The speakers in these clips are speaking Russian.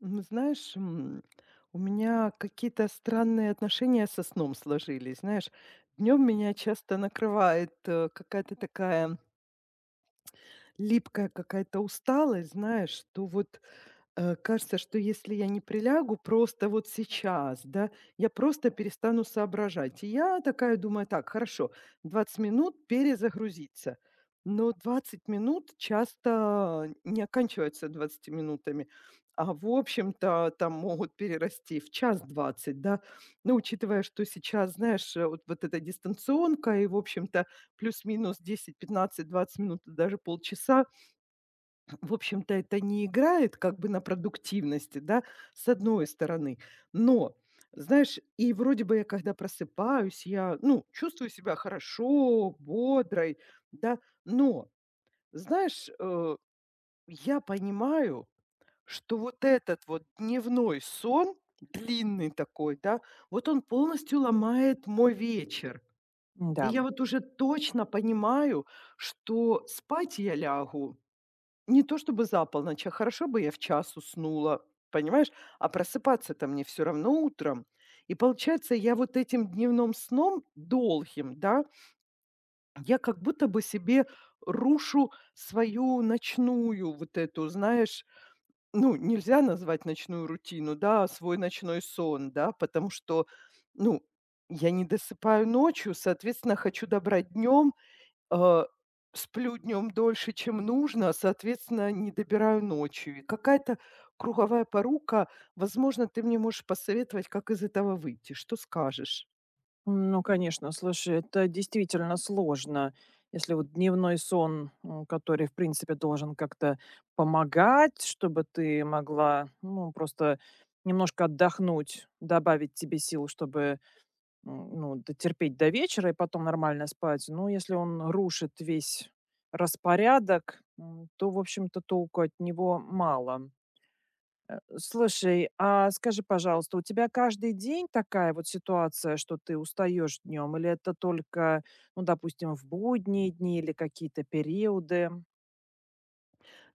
Ну, знаешь, у меня какие-то странные отношения со сном сложились. Знаешь, днем меня часто накрывает какая-то такая липкая какая-то усталость, знаешь, что вот кажется, что если я не прилягу просто вот сейчас, да, я просто перестану соображать. И я такая думаю: "Так, хорошо, 20 минут перезагрузиться". Но 20 минут часто не оканчиваются 20 минутами, а, в общем-то, там могут перерасти в 1:20, да. Но учитывая, что сейчас, знаешь, вот эта дистанционка и, в общем-то, плюс-минус 10, 15, 20 минут даже полчаса, в общем-то, это не играет как бы на продуктивности, да, с одной стороны. Но, знаешь, и вроде бы я когда просыпаюсь, я, ну, чувствую себя хорошо, бодрой, да, но, знаешь, я понимаю, что вот этот вот дневной сон, длинный такой, да, вот он полностью ломает мой вечер. И Да, я вот уже точно понимаю, что спать я лягу не то чтобы за полночь, а хорошо бы я в час уснула, понимаешь? А просыпаться-то мне все равно утром. И получается, я вот этим дневным сном долгим, да, я как будто бы себе рушу свою ночную вот эту, знаешь, ну, нельзя назвать ночную рутину, да, а свой ночной сон, да, потому что, ну, я не досыпаю ночью, соответственно, хочу добрать днем, э, сплю днем дольше, чем нужно, а, соответственно, не добираю ночью. И какая-то круговая порука. Возможно, ты мне можешь посоветовать, как из этого выйти. Что скажешь? ну, конечно, слушай, это действительно сложно, если вот дневной сон, который, в принципе, должен как-то помогать, чтобы ты могла, ну, просто немножко отдохнуть, добавить тебе сил, чтобы, ну, дотерпеть до вечера и потом нормально спать. Ну, если он рушит весь распорядок, то, в общем-то, толку от него мало. Слушай, а скажи, пожалуйста, у тебя каждый день такая вот ситуация, что ты устаешь днем, или это только, ну, допустим, в будние дни или какие-то периоды?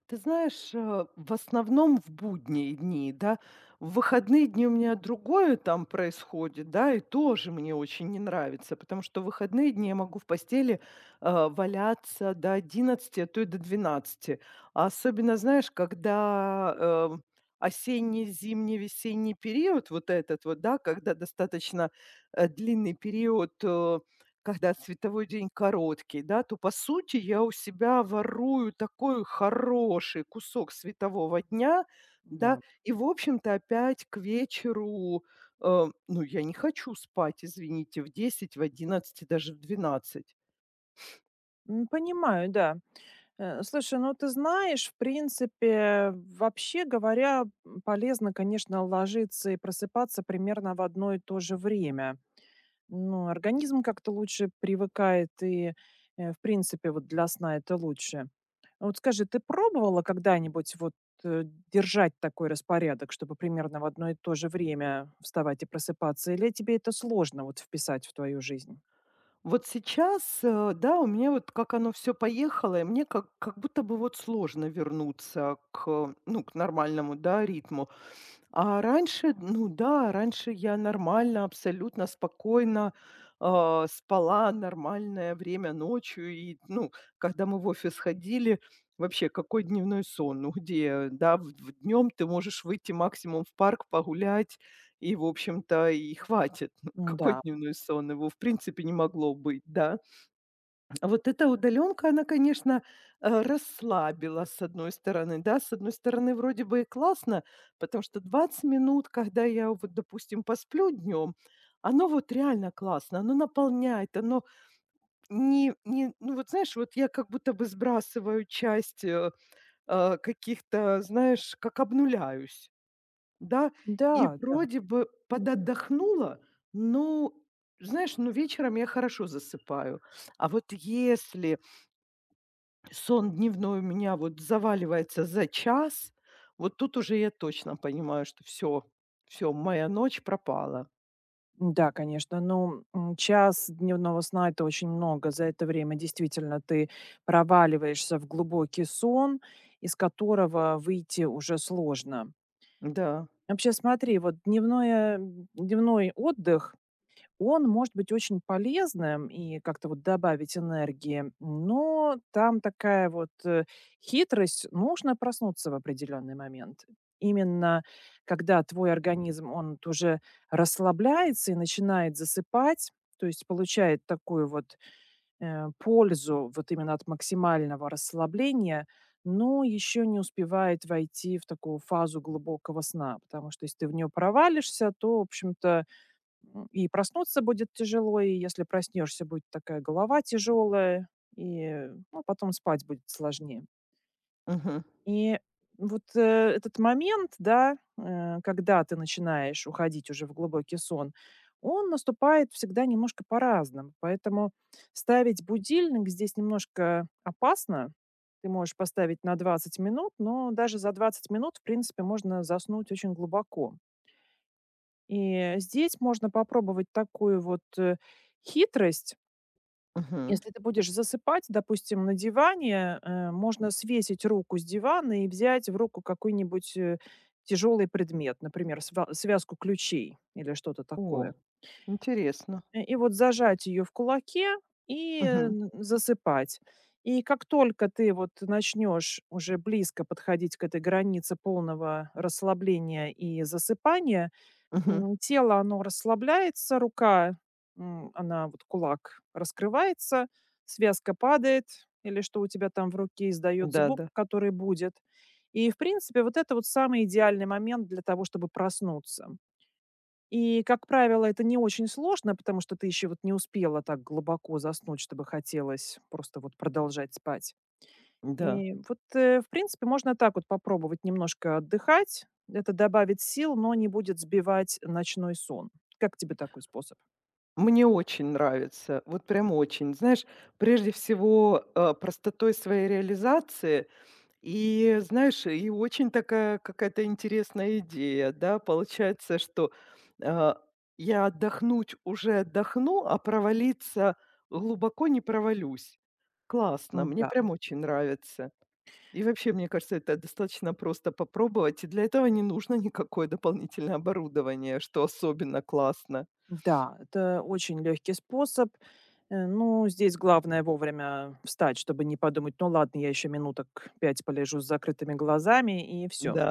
Ты знаешь, в основном в будние дни, да. В выходные дни у меня другое там происходит, да, и тоже мне очень не нравится, потому что в выходные дни я могу в постели, валяться до 11, а то и до 12. А особенно, знаешь, когда, э, осенний, зимний, весенний период, вот этот вот, да, когда достаточно, длинный период, когда световой день короткий, да, то, по сути, я у себя ворую такой хороший кусок светового дня, да. Да. И, в общем-то, опять к вечеру, ну, я не хочу спать, извините, в 10, в 11 и даже в 12. Понимаю, да. Слушай, ну ты знаешь, в принципе, вообще говоря, полезно, конечно, ложиться и просыпаться примерно в одно и то же время. Ну, организм как-то лучше привыкает, и, в принципе, вот для сна это лучше. А вот скажи, ты пробовала когда-нибудь вот, э, держать такой распорядок, чтобы примерно в одно и то же время вставать и просыпаться, или тебе это сложно вот вписать в твою жизнь? Вот сейчас, да, у меня вот как оно все поехало, и мне как будто бы вот сложно вернуться к, ну, к нормальному, да, ритму. А раньше, ну да, раньше я нормально, абсолютно спокойно, спала нормальное время ночью. И, ну, когда мы в офис ходили, вообще какой дневной сон? Ну где, да, в днем ты можешь выйти максимум в парк погулять, и, в общем-то, и хватит. Какой Да, дневной сон? Его в принципе не могло быть, да. А вот эта удаленка она, конечно, расслабила, с одной стороны, да. С одной стороны, вроде бы и классно, потому что 20 минут, когда я вот, допустим, посплю днем, оно вот реально классно, оно наполняет, оно не ну, вот знаешь, вот я как будто бы сбрасываю часть, каких-то, знаешь, как обнуляюсь, да. И да, да. вроде бы подотдохнула, но, знаешь, ну, вечером я хорошо засыпаю. А вот если сон дневной у меня вот заваливается за час. Вот тут уже я точно понимаю, что все. Все моя ночь пропала. Да, конечно, ну, час дневного сна — это очень много. За это время действительно ты проваливаешься в глубокий сон, из которого выйти уже сложно. Да. Вообще, смотри, вот дневное дневной отдых он может быть очень полезным и как-то вот добавить энергии, но там такая вот, хитрость: нужно проснуться в определенный момент. Именно когда твой организм, он уже расслабляется и начинает засыпать, то есть получает такую вот, пользу вот именно от максимального расслабления, но еще не успевает войти в такую фазу глубокого сна. Потому что если ты в нее провалишься, то, в общем-то, и проснуться будет тяжело, и если проснешься, будет такая голова тяжелая, и, ну, потом спать будет сложнее. Мгм. И вот, этот момент, да, когда ты начинаешь уходить уже в глубокий сон, он наступает всегда немножко по-разному. Поэтому ставить будильник здесь немножко опасно. Ты можешь поставить на 20 минут, но даже за 20 минут, в принципе, можно заснуть очень глубоко. И здесь можно попробовать такую вот, хитрость. Мгм. Если ты будешь засыпать, допустим, на диване, можно свесить руку с дивана и взять в руку какой-нибудь, тяжелый предмет, например, сва связку ключей или что-то такое. О, интересно. И вот зажать ее в кулаке и, э, Мгм. н засыпать. И как только ты вот начнешь уже близко подходить к этой границе полного расслабления и засыпания, Мгм. Тело, оно расслабляется, рука, она вот кулак раскрывается, связка падает или что у тебя там в руке издает звук, Да-да. который будет. И, в принципе, вот это вот самый идеальный момент для того, чтобы проснуться. И, как правило, это не очень сложно, потому что ты еще вот не успела так глубоко заснуть, чтобы хотелось просто вот продолжать спать. Да, да. И вот, в принципе, можно так вот попробовать немножко отдыхать. Это добавит сил, но не будет сбивать ночной сон. Как тебе такой способ? Мне очень нравится, вот прям очень. Знаешь, прежде всего, простотой своей реализации. И знаешь, и очень такая какая-то интересная идея, да. Получается, что, а, я отдохнуть уже отдохну, а провалиться глубоко не провалюсь. Классно, мне прям Да, очень нравится. И вообще, мне кажется, это достаточно просто попробовать, и для этого не нужно никакое дополнительное оборудование, что особенно классно. да, это очень легкий способ. Ну, здесь главное вовремя встать, чтобы не подумать: "Ну ладно, я еще минуток 5 полежу с закрытыми глазами", и все. Да,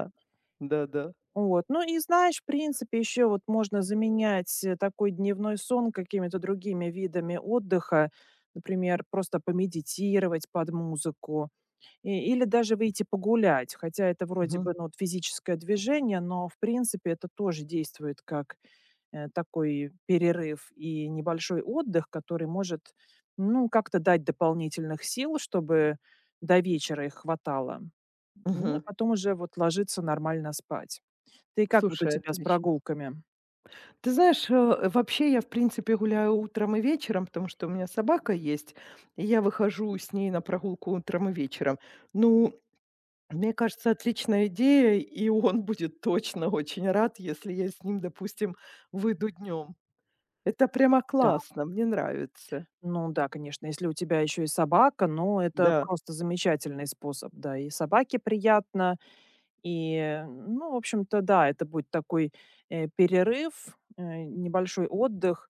да-да. Вот. Ну и знаешь, в принципе, еще вот можно заменять, такой дневной сон какими-то другими видами отдыха. Например, просто помедитировать под музыку. Или даже выйти погулять, хотя это вроде Мгм, бы, ну, вот физическое движение, но, в принципе, это тоже действует как, такой перерыв и небольшой отдых, который может, ну, как-то дать дополнительных сил, чтобы до вечера их хватало. Ну, и мгм. потом уже вот ложиться нормально спать. Ты как, вот у Слушай, тебя с отлично. прогулками? Ты знаешь, вообще я, в принципе, гуляю утром и вечером, потому что у меня собака есть, и я выхожу с ней на прогулку утром и вечером. Ну, мне кажется, отличная идея, и он будет точно очень рад, если я с ним, допустим, выйду днем. Это прямо Да, классно, мне нравится. ну да, конечно, если у тебя еще и собака, ну, это Да, просто замечательный способ. Да, и собаке приятно, и, ну, в общем-то, да, это будет такой, перерыв, небольшой отдых.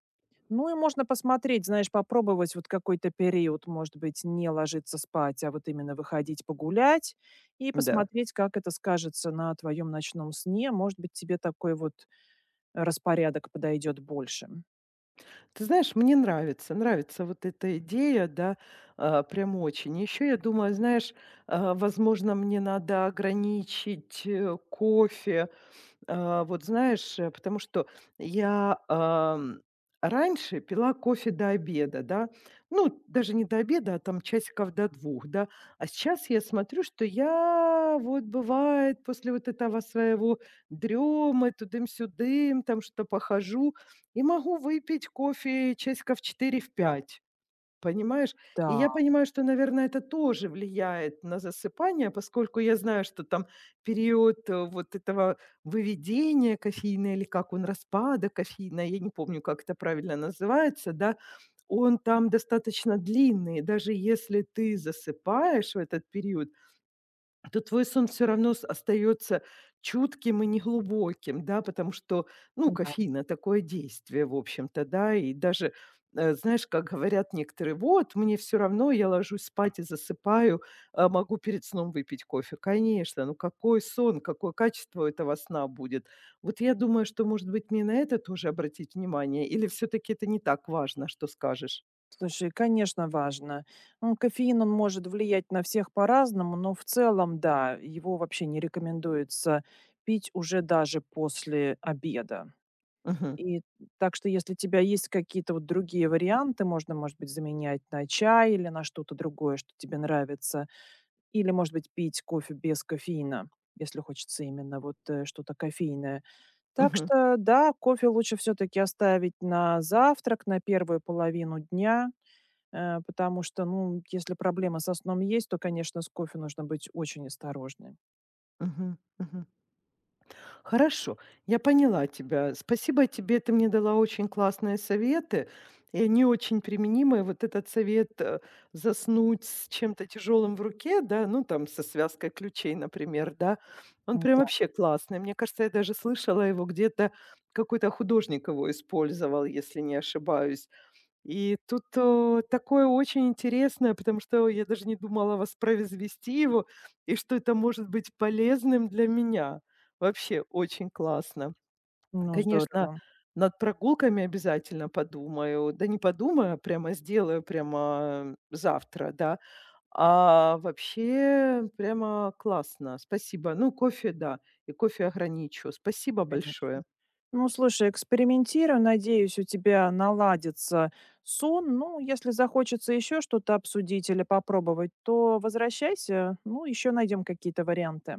Ну и можно посмотреть, знаешь, попробовать вот какой-то период, может быть, не ложиться спать, а вот именно выходить погулять и да. посмотреть, как это скажется на твоем ночном сне. Может быть, тебе такой вот распорядок подойдет больше. Ты знаешь, мне нравится, нравится вот эта идея, да, прям очень. Еще я думаю, знаешь, возможно, мне надо ограничить кофе. А, вот знаешь, потому что я, раньше пила кофе до обеда, да. Ну, даже не до обеда, а там часиков до 2, да. А сейчас я смотрю, что я вот, бывает, после вот этого своего дрёма, тудым-сюдым, там что-то похожу, и могу выпить кофе часиков в 4, в 5. Понимаешь? И Да, я понимаю, что, наверное, это тоже влияет на засыпание, поскольку я знаю, что там период, вот этого выведения кофеина или как он, распада кофеина, я не помню, как это правильно называется, да, он там достаточно длинный. И даже если ты засыпаешь в этот период, то твой сон все равно с остаётся чутким и неглубоким, да, потому что, ну, да. кофеин- такое действие, в общем-то, да. И даже, знаешь, как говорят некоторые: "Вот, мне все равно, я ложусь спать и засыпаю, а могу перед сном выпить кофе". Конечно, ну какой сон, какое качество у этого сна будет? Вот я думаю, что, может быть, мне на это тоже обратить внимание, или все таки это не так важно, что скажешь? Слушай, конечно, важно. Ну, кофеин, он может влиять на всех по-разному, но в целом, да, его вообще не рекомендуется пить уже даже после обеда. Мгм, И так что, если у тебя есть какие-то вот другие варианты, можно, может быть, заменять на чай или на что-то другое, что тебе нравится, или, может быть, пить кофе без кофеина, если хочется именно вот, что-то кофейное. Так мгм, что, да, кофе лучше все-таки оставить на завтрак, на первую половину дня. Потому что, ну, если проблема со сном есть, то, конечно, с кофе нужно быть очень осторожным. мгм, мгм. Хорошо, я поняла тебя. Спасибо тебе, ты мне дала очень классные советы, и они очень применимы. Вот этот совет, заснуть с чем-то тяжелым в руке, да, ну там со связкой ключей, например, да, он прям Да. вообще классный. Мне кажется, я даже слышала его где-то, какой-то художник его использовал, если не ошибаюсь. И тут, такое очень интересное, потому что я даже не думала воспроизвести его, и что это может быть полезным для меня. Вообще очень классно. Ну, Конечно, здорово. над прогулками обязательно подумаю. Да не подумаю, а прямо сделаю прямо завтра, да. А вообще прямо классно. Спасибо. Ну, кофе, да, и кофе ограничу. Спасибо Конечно. большое. Ну, слушай, экспериментирую, надеюсь, у тебя наладится сон. Ну, если захочется еще что-то обсудить или попробовать, то возвращайся. Ну, еще найдем какие-то варианты.